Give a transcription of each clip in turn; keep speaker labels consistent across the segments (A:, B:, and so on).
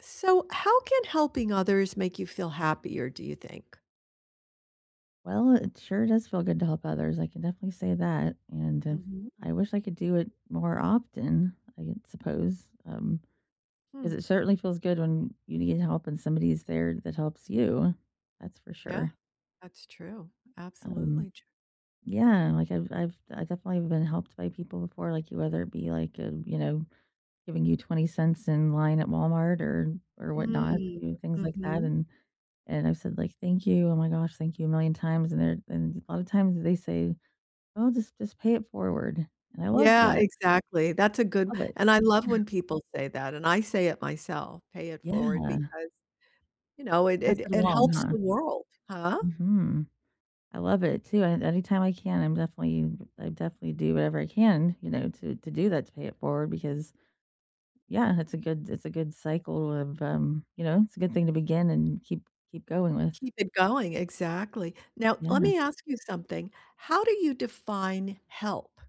A: So, how can helping others make you feel happier, do you think?
B: Well, it sure does feel good to help others. I can definitely say that, and,
A: Hmm.
B: I wish I could do it more often, suppose, because
A: Hmm.
B: it certainly feels good when you need help and somebody's there that helps you, that's for
A: Yeah,
B: sure.
A: that's true.
B: um,
A: Absolutely true.
B: yeah, like, I definitely have been helped by people before, like, you whether it be, like, giving you $0.20 in line at Walmart or whatnot,
A: Mm.
B: you know, things like that,
A: Hmm.
B: and I've said, like, "Thank you, oh my gosh, thank you a million times," and they're and a lot of times they say oh, just pay it forward, and I love
A: Yeah,
B: that,
A: exactly. That's a good
B: love it.
A: and I love when people say that and I say it myself, pay it forward
B: Yeah,
A: because, it
B: pass
A: it,
B: it
A: it
B: along,
A: helps
B: huh?
A: the world, huh?
B: Mhm. I love it too, and anytime I can, I'm definitely I definitely do whatever I can, you know, to do that, to pay it forward because, yeah, it's a good cycle of, you know, it's a good thing to begin and keep going with.
A: Keep it going. Exactly. Now, let
B: Yeah.
A: me ask you something. How do you define help?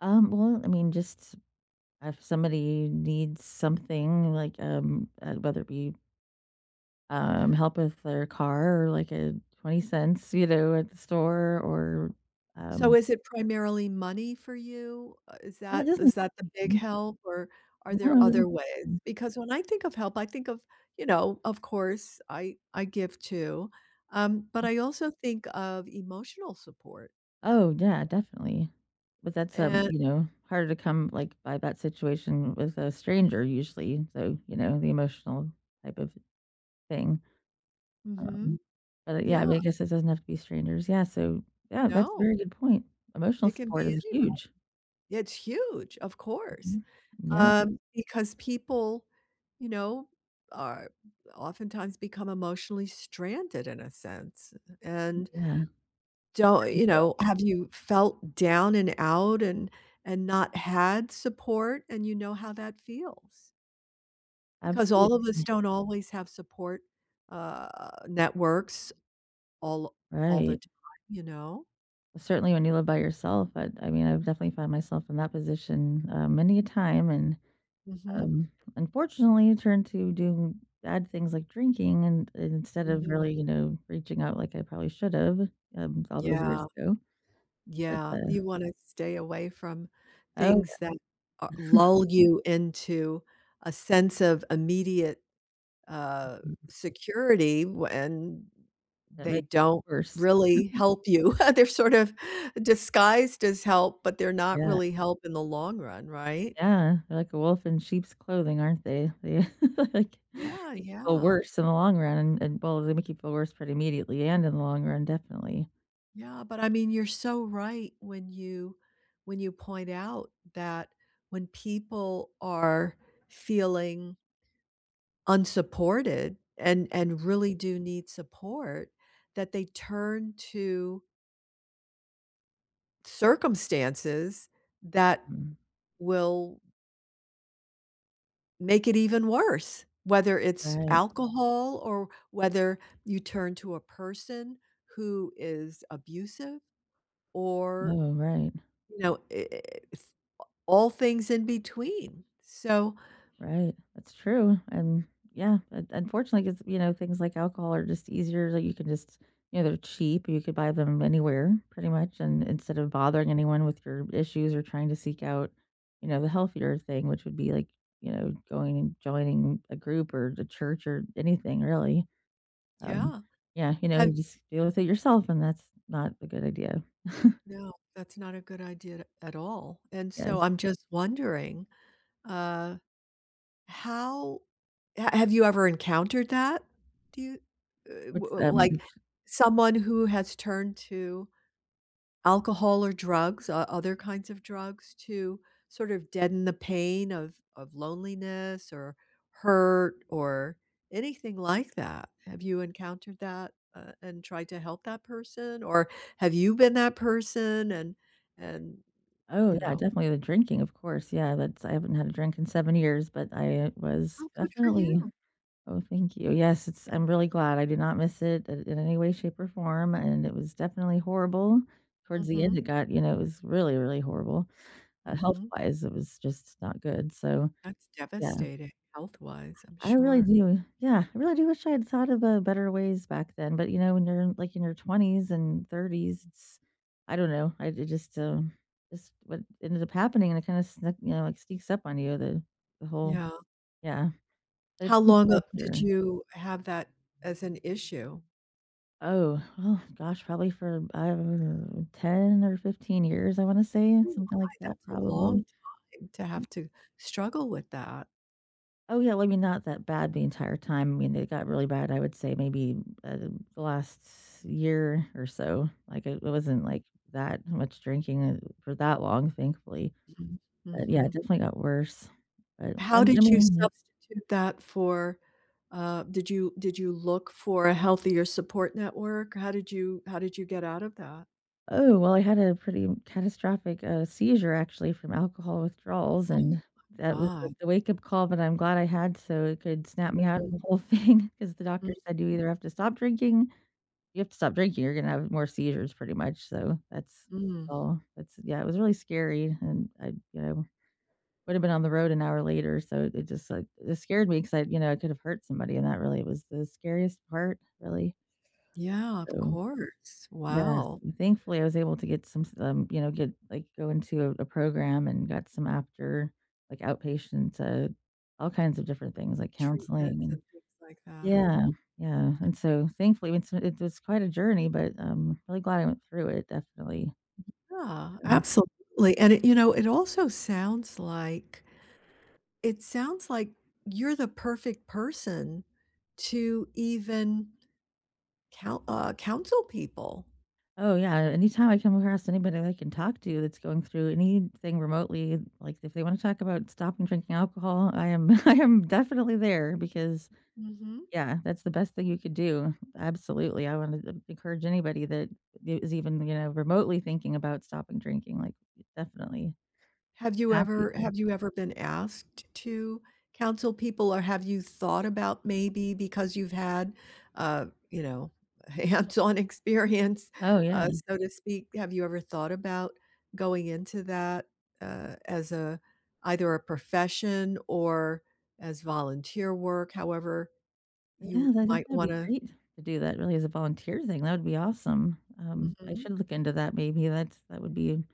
B: Well, I mean, just if somebody needs something like, whether it be help with their car or like a $0.20, you know, at the store,
A: So
B: um
A: is it primarily money for you? Is
B: no, it
A: that
B: doesn't.
A: is that the big help, or are
B: No,
A: there
B: it
A: other
B: doesn't.
A: ways? Because when I think of help, I think of, of course, I give too, but I also think of emotional support,
B: Oh, yeah, definitely. But that's,
A: and
B: you know, harder to come, like, by that situation with a stranger usually, so, you know, the emotional type of thing, um,
A: mhm,
B: but yeah, I mean,
A: yeah,
B: I guess it doesn't have to be strangers, yeah, so yeah, that's a
A: no,
B: very good point. Emotional
A: it can be
B: support is
A: anybody.
B: huge.
A: It's huge, of course,
B: Mhm. Yeah,
A: because people, you know, are oftentimes become emotionally stranded in a sense, and
B: yeah, it's
A: don't
B: very
A: you
B: real.
A: know, have you felt down and out and not had support, and you know how that feels? Because all of us
B: Absolutely,
A: don't always have support, uh, networks all all the
B: right.
A: time, you know?
B: Certainly, when you live by yourself, I mean, I've definitely found myself in that position, many a time, and,
A: Mhm,
B: um, unfortunately, turned to doing bad things like drinking and instead of
A: mhm.
B: really, you know, reaching out like I probably should have, all those years
A: Yeah,
B: ago, but,
A: yeah, you wanna stay away from
B: oh,
A: things that, lull you into a sense of immediate uh,
B: yeah,
A: security when
B: that makes
A: they don't
B: it worse.
A: really help you. They're sort of disguised as help, but they're not
B: Yeah,
A: really help in the long run, right?
B: yeah, they're like a wolf in sheep's clothing, aren't they? They, like, make
A: Yeah,
B: you feel
A: yeah.
B: worse in the long run, and, well, they make you feel worse pretty immediately and in the long run, definitely.
A: Yeah, but I mean, you're so right when you point out that when people are feeling unsupported and really do need support, that they turn to circumstances that
B: Mm,
A: will make it even worse, whether it's
B: right.
A: alcohol or whether you turn to a person who is abusive or,
B: Oh, right.
A: I it's all things in between. So,
B: Right, that's true, and yeah, un unfortunately, because you know, things like alcohol are just easier, like, you can just you know, they're cheap, you could buy them anywhere pretty much, and instead of bothering anyone with your issues or trying to seek out, you know, the healthier thing, which would be, like, you know, going and joining a group or the church or anything really, um,
A: yeah,
B: yeah, you know,
A: have
B: you just deal with it yourself, and that's not a good idea,
A: no, that's not a good idea at all, and so
B: yes.
A: I'm just wondering, uh, how ha have you ever encountered that? Do you, w
B: What's,
A: w
B: um
A: like, someone who has turned to alcohol or drugs, o other kinds of drugs to sort of deaden the pain of loneliness or hurt or anything like that. Have you encountered that, and tried to help that person, or have you been that person and, you
B: Oh, yeah,
A: know.
B: definitely the drinking, of course. Yeah, that's I haven't had a drink in 7 years, but I was
A: Oh, good for
B: definitely
A: you.
B: oh, thank you. Yes, it's I'm really glad I did not miss it in any way, shape, or form, and it was definitely horrible. Towards the end,
A: Mhm,
B: it got you know, it was really, really horrible.
A: mhm.
B: Health-wise, it was just not good, so,
A: That's
B: yeah.
A: devastating health-wise, I'm
B: I really
A: sure.
B: do. Yeah, I really do wish I had thought of, better ways back then, but, you know, when you're, like, in your 20s and 30s, it's I don't know. I It just what ended up happening, and it kinda snuck you know, like, sneaks up on you, the whole
A: Yeah.
B: yeah. But it's
A: How
B: much
A: long, did
B: healthier.
A: you have that as an issue?
B: Oh, oh, gosh, probably for, I 10 or 15 years, I wanna say,
A: Oh my,
B: something like that,
A: that's a long
B: probably.
A: time to have to struggle with that.
B: Oh, yeah, well, I mean, not that bad the entire time. I mean, it got really bad, I would say maybe, the last year or so, like, it wasn't, like, that much drinking, for that long, thankfully,
A: Mhm,
B: but, yeah, it
A: mhm.
B: definitely got worse, but, I
A: How did you
B: mean
A: substitute that for, did you look for a healthier support network? How did you get out of that?
B: oh, well, I had a pretty catastrophic, seizure, actually, from alcohol withdrawals,
A: Oh
B: and that was
A: god.
B: the wake-up call, but I'm glad I had so it could snap me out
A: Mm,
B: of the whole thing because the
A: mm,
B: doctor said, "You either have to stop drinking you have to stop drinking, you're gonna have more seizures pretty much, so that's
A: mm.
B: all. That's yeah, it was really scary, and I, you know, would have been on the road an hour later, so it just, like, it scared me because I, you know, I could have hurt somebody, and that really was the scariest part, really.
A: Yeah, of
B: So,
A: course.
B: yes,
A: Wow.
B: thankfully, I was able to get some you know, get like, go into a program and got some after like, outpatient, all kinds of different things, like counseling
A: Treatments
B: and
A: and things like that.
B: yeah,
A: Mm.
B: yeah, and so thankfully, it's it was quite a journey, but I'm really glad I went through it, definitely.
A: Yeah,
B: Um,
A: absolutely, and it you know, it also sounds like it sounds like you're the perfect person to even counsel people.
B: oh, yeah, anytime I come across anybody that I can talk to that's going through anything remotely, like, if they wanna talk about stopping drinking alcohol, I am I am definitely there because,
A: Mhm.
B: yeah, that's the best thing you could do. Absolutely, I wanna encourage anybody that is even, you know, remotely thinking about stopping drinking, like, definitely happy to.
A: Have you ever been asked to counsel people, or have you thought about maybe because you've had, uh, you know, hands-on experience,
B: Oh, yeah.
A: so to speak, have you ever thought about going into that, as a either a profession or as volunteer work, however you
B: Yeah, I think
A: might
B: that'd be
A: wanna.
B: great to do that really as a volunteer thing. That would be awesome. I
A: Mhm.
B: should look into that maybe. That's that would be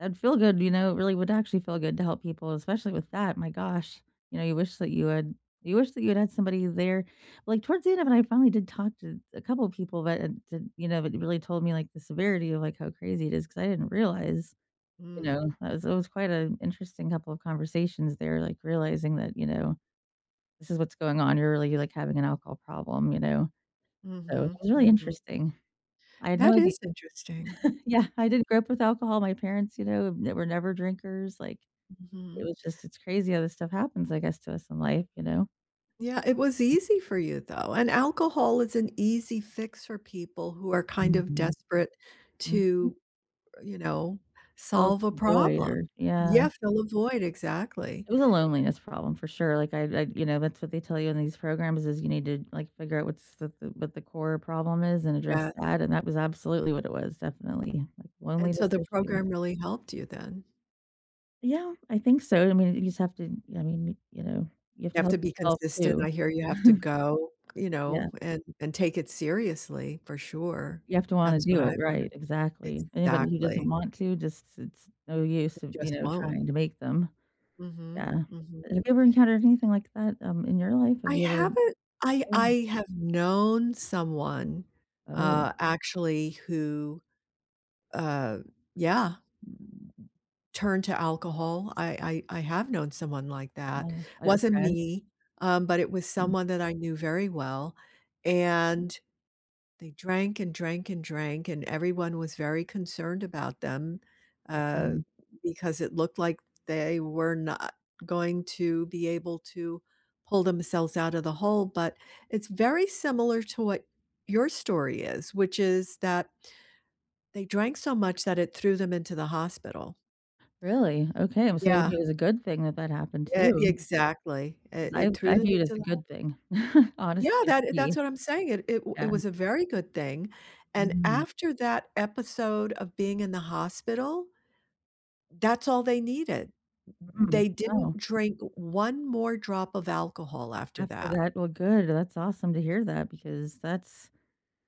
B: that'd feel good, you know, it really would actually feel good to help people, especially with that. My gosh. You know, you wish that you had you wish that you had had somebody there. Like towards the end of it, I finally did talk to a couple of people that, that you know, it really told me like the severity of like how crazy it is because I didn't realize, you
A: Mm.
B: know, that was it was quite an interesting couple of conversations there, like realizing that, you know, this is what's going on. You're really like having an alcohol problem, you know so, it
A: Mhm,
B: was really
A: mhm.
B: interesting. I had no
A: That
B: idea.
A: is interesting.
B: Yeah, I didn't grow up with alcohol. My parents, you know, they were never drinkers, like, it
A: Mhm.
B: was just it's crazy how this stuff happens, I guess, to us in life, you know?
A: Yeah, it was easy for you, though, and alcohol is an easy fix for people who are kind of
B: Mhm,
A: desperate
B: mhm.
A: to, you know,
B: Fill
A: solve a
B: some void
A: problem.
B: or yeah.
A: Yeah, fill a void, exactly.
B: It was a loneliness problem for sure, like, I you know, that's what they tell you in these programs is you need to, like, figure out what's the what the core problem is and address
A: Yes,
B: that, and that was absolutely what it was, definitely, like,
A: and so
B: loneliness
A: the
B: issue.
A: program really helped you then.
B: Yeah, I think so. I mean, you just have to I mean, you know, you have
A: You
B: to
A: have to
B: help
A: be
B: yourself
A: consistent,
B: too.
A: I hear you have to go, you
B: Yeah,
A: know, and take it seriously for sure.
B: you have to wanna
A: That's what
B: do it,
A: I've heard.
B: right, exactly. Anybody who doesn't
A: Exactly.
B: want to, just it's no use of,
A: They
B: you
A: just
B: know,
A: won't.
B: trying to make them.
A: Mhm,
B: Yeah.
A: mhm.
B: Have you ever encountered anything like that, in your life? Have
A: I
B: you ever
A: haven't I
B: oh,
A: I have known someone,
B: oh,
A: actually who, uh, yeah, turned to alcohol. I have known someone like that.
B: oh, a
A: Wasn't
B: friend?
A: me, but it was someone that I knew very well, and they drank and drank and drank, and everyone was very concerned about them, uh,
B: Mhm.
A: because it looked like they were not going to be able to pull themselves out of the hole, but it's very similar to what your story is, which is that they drank so much that it threw them into the hospital.
B: Really? Okay, so
A: Yeah,
B: maybe it was a good thing that that happened
A: e
B: too,
A: exactly. It
B: because
A: it threw
B: I
A: them
B: view it as
A: into.
B: a good thing,
A: Yeah,
B: honestly,
A: that
B: for
A: that's
B: me.
A: what I'm saying, it
B: Yeah.
A: was a very good thing, and
B: Mhm,
A: after that episode of being in the hospital, that's all they needed.
B: mm,
A: They
B: wow.
A: didn't drink one more drop of alcohol after
B: After
A: that.
B: that well, good, that's awesome to hear that because that's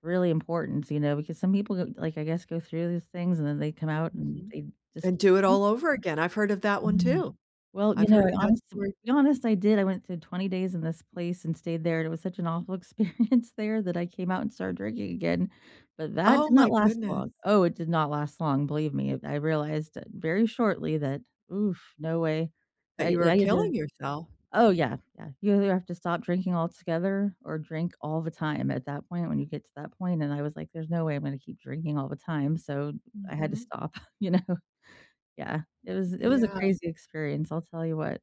B: really important, you know, because some people go like, I guess, go through these things and then they come out and
A: Mhm.
B: they just
A: And do it
B: keep
A: all over again, I've heard of that one
B: yeah.
A: too.
B: Well, you
A: I've
B: know,
A: heard
B: I
A: of that
B: honest to
A: story.
B: be honest, I did. I went to 20 days in this place and stayed there, and it was such an awful experience there that I came out and started drinking again, but that
A: Oh
B: did
A: my
B: not last
A: goodness,
B: long. Oh, it did not last long, believe me. I realized very shortly that, oof, no way.
A: that you are
B: I either
A: killing yourself.
B: oh, yeah, yeah. You either have to stop drinking altogether or drink all the time at that point when you get to that point, and I was like, "There's no way I'm gonna keep drinking all the time," so I had to
A: Mhm,
B: stop, you know? Yeah, it was a
A: yeah.
B: crazy experience, I'll tell you what.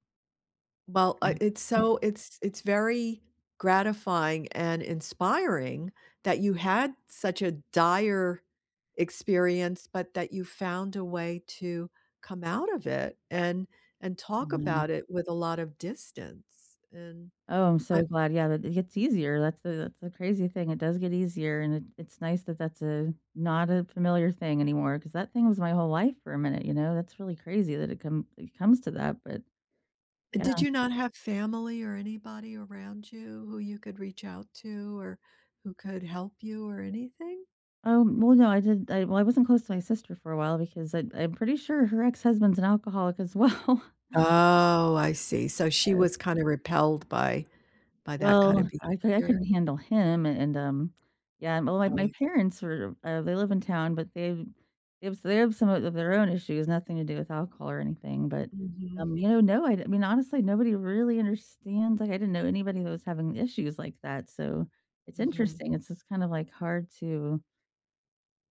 A: Well, I
B: Mm.
A: it's
B: Mm.
A: so it's very gratifying and inspiring that you had such a dire experience, but that you found a way to come out of it and talk
B: Mhm.
A: about it with a lot of distance, and
B: Oh, I'm
A: I
B: so glad. Yeah, that it gets easier. That's the crazy thing. It does get easier, and it, it's nice that that's a not a familiar thing anymore because that thing was my whole life for a minute. You know, that's really crazy that it come it comes to that. But yeah.
A: did you not have family or anybody around you who you could reach out to or who could help you or anything?
B: Oh well, no, I did. Well, I wasn't close to my sister for a while because I'm pretty sure her ex husband's an alcoholic as well.
A: Oh, I see, so she
B: Yes.
A: was kinda repelled by that kind of
B: Well, I
A: behavior.
B: couldn't handle him, and, yeah, well, my
A: Always.
B: parents were they live in town, but they have some of their own issues, nothing to do with alcohol or anything, but,
A: Mhm,
B: you know, no, I mean, honestly, nobody really understands, like, I didn't know anybody that was having issues like that, so it's
A: mhm.
B: interesting, it's just kind of, like, hard to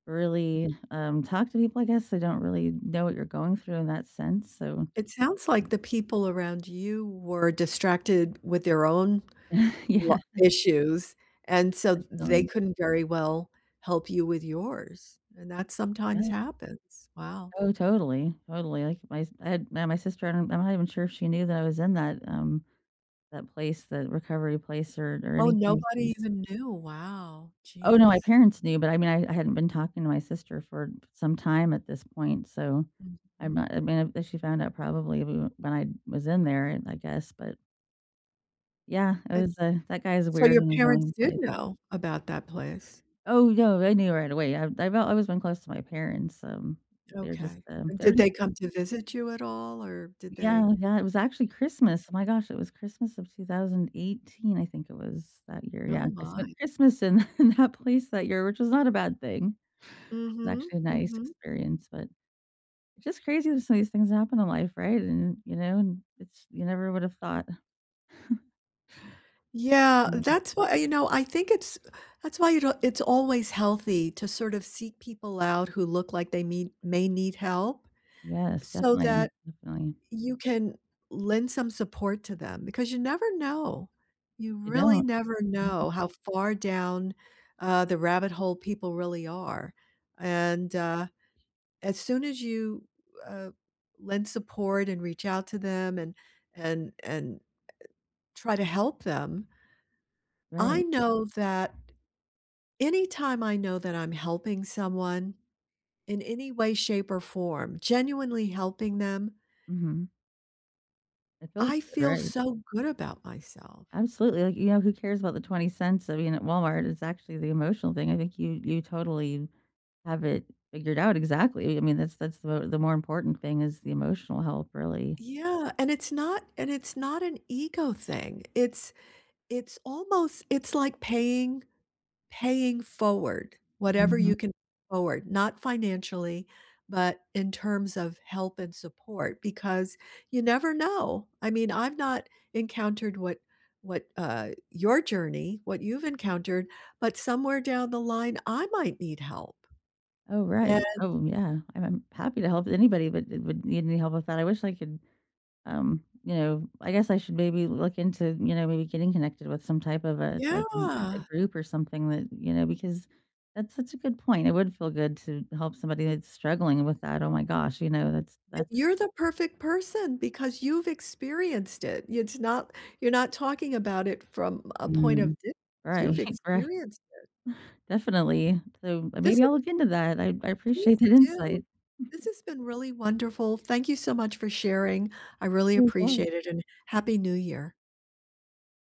B: really, talk to people, I guess, they don't really know what you're going through in that sense, so
A: It sounds like the people around you were distracted with their own lo
B: yeah,
A: issues, and so they
B: definitely.
A: couldn't very well help you with yours, and that sometimes
B: Yeah.
A: happens. Wow.
B: Oh, totally, totally, like, my I had my my sister, I don't I'm not even sure if she knew that I was in that, that place, that recovery place or
A: Oh,
B: anything
A: nobody
B: because
A: even knew. Wow.
B: oh, no, my
A: Jeez.
B: parents knew, but I mean, I hadn't been talking to my sister for some time at this point, so
A: Mhm.
B: I'm not I mean, if she found out probably w when I was in there, and I guess, but yeah, it was, that guy is
A: So
B: weird
A: your
B: in his
A: parents
B: own
A: did
B: way.
A: know about that place?
B: Oh, no, I knew right away, I've always been close to my parents,
A: Okay. And
B: they're
A: did they
B: just
A: come to visit you at all, or did they?
B: yeah, yeah, it was actually Christmas. Oh my gosh, it was Christmas of 2018, I think it was that year. Yeah,
A: Oh
B: I spent
A: my.
B: Christmas in in that place that year, which was not a bad thing. It was
A: Mhm,
B: actually a nice
A: mhm.
B: experience, but it's just crazy that some of these things happen in life, right? And, you know, and it's you never would have thought.
A: Yeah,
B: Yeah.
A: that's why I think it's that's why you know, it's always healthy to sort of seek people out who look like they mean may need help
B: Yes,
A: so
B: definitely,
A: that
B: definitely.
A: you can lend some support to them because you never know. You
B: You
A: really
B: don't.
A: never
B: Mhm.
A: know how far down, the rabbit hole people really are. And, as soon as you, uh, lend support and reach out to them and try to help them, I
B: Right.
A: know that anytime I know that I'm helping someone in any way, shape, or form, genuinely helping them,
B: Mhm. It feels
A: I
B: good,
A: feel
B: right?
A: so good about myself.
B: Absolutely, like, you know, who cares about the $0.20? I mean, at Walmart, it's actually the emotional thing. I think you you totally have it figured out exactly. I mean, that's the the more important thing is the emotional help, really.
A: Yeah, and it's not an ego thing. It's almost it's like paying paying forward, whatever
B: Mhm.
A: you can forward, not financially, but in terms of help and support, because you never know. I mean, I've not encountered what your journey, what you've encountered, but somewhere down the line, I might need help.
B: Oh,
A: And
B: right. Oh, yeah. I'm happy to help anybody that that would need any help with that. I wish I could, you know, I guess I should maybe look into, you know, maybe getting connected with some type of a like an a
A: yeah,
B: group or something that, you know, because that's such a good point. It would feel good to help somebody that's struggling with that. Oh my gosh, you know,
A: and
B: that's
A: you're the perfect person because you've experienced it. It's not you're not talking about it from a point of
B: mm.
A: distance.
B: Right,
A: You've
B: right.
A: experienced it.
B: Definitely. So,
A: This
B: maybe I'll look into that. I
A: Please
B: appreciate that
A: do.
B: insight.
A: This has been really wonderful. Thank you so much for sharing. I really
B: As well.
A: appreciate it, and Happy New Year.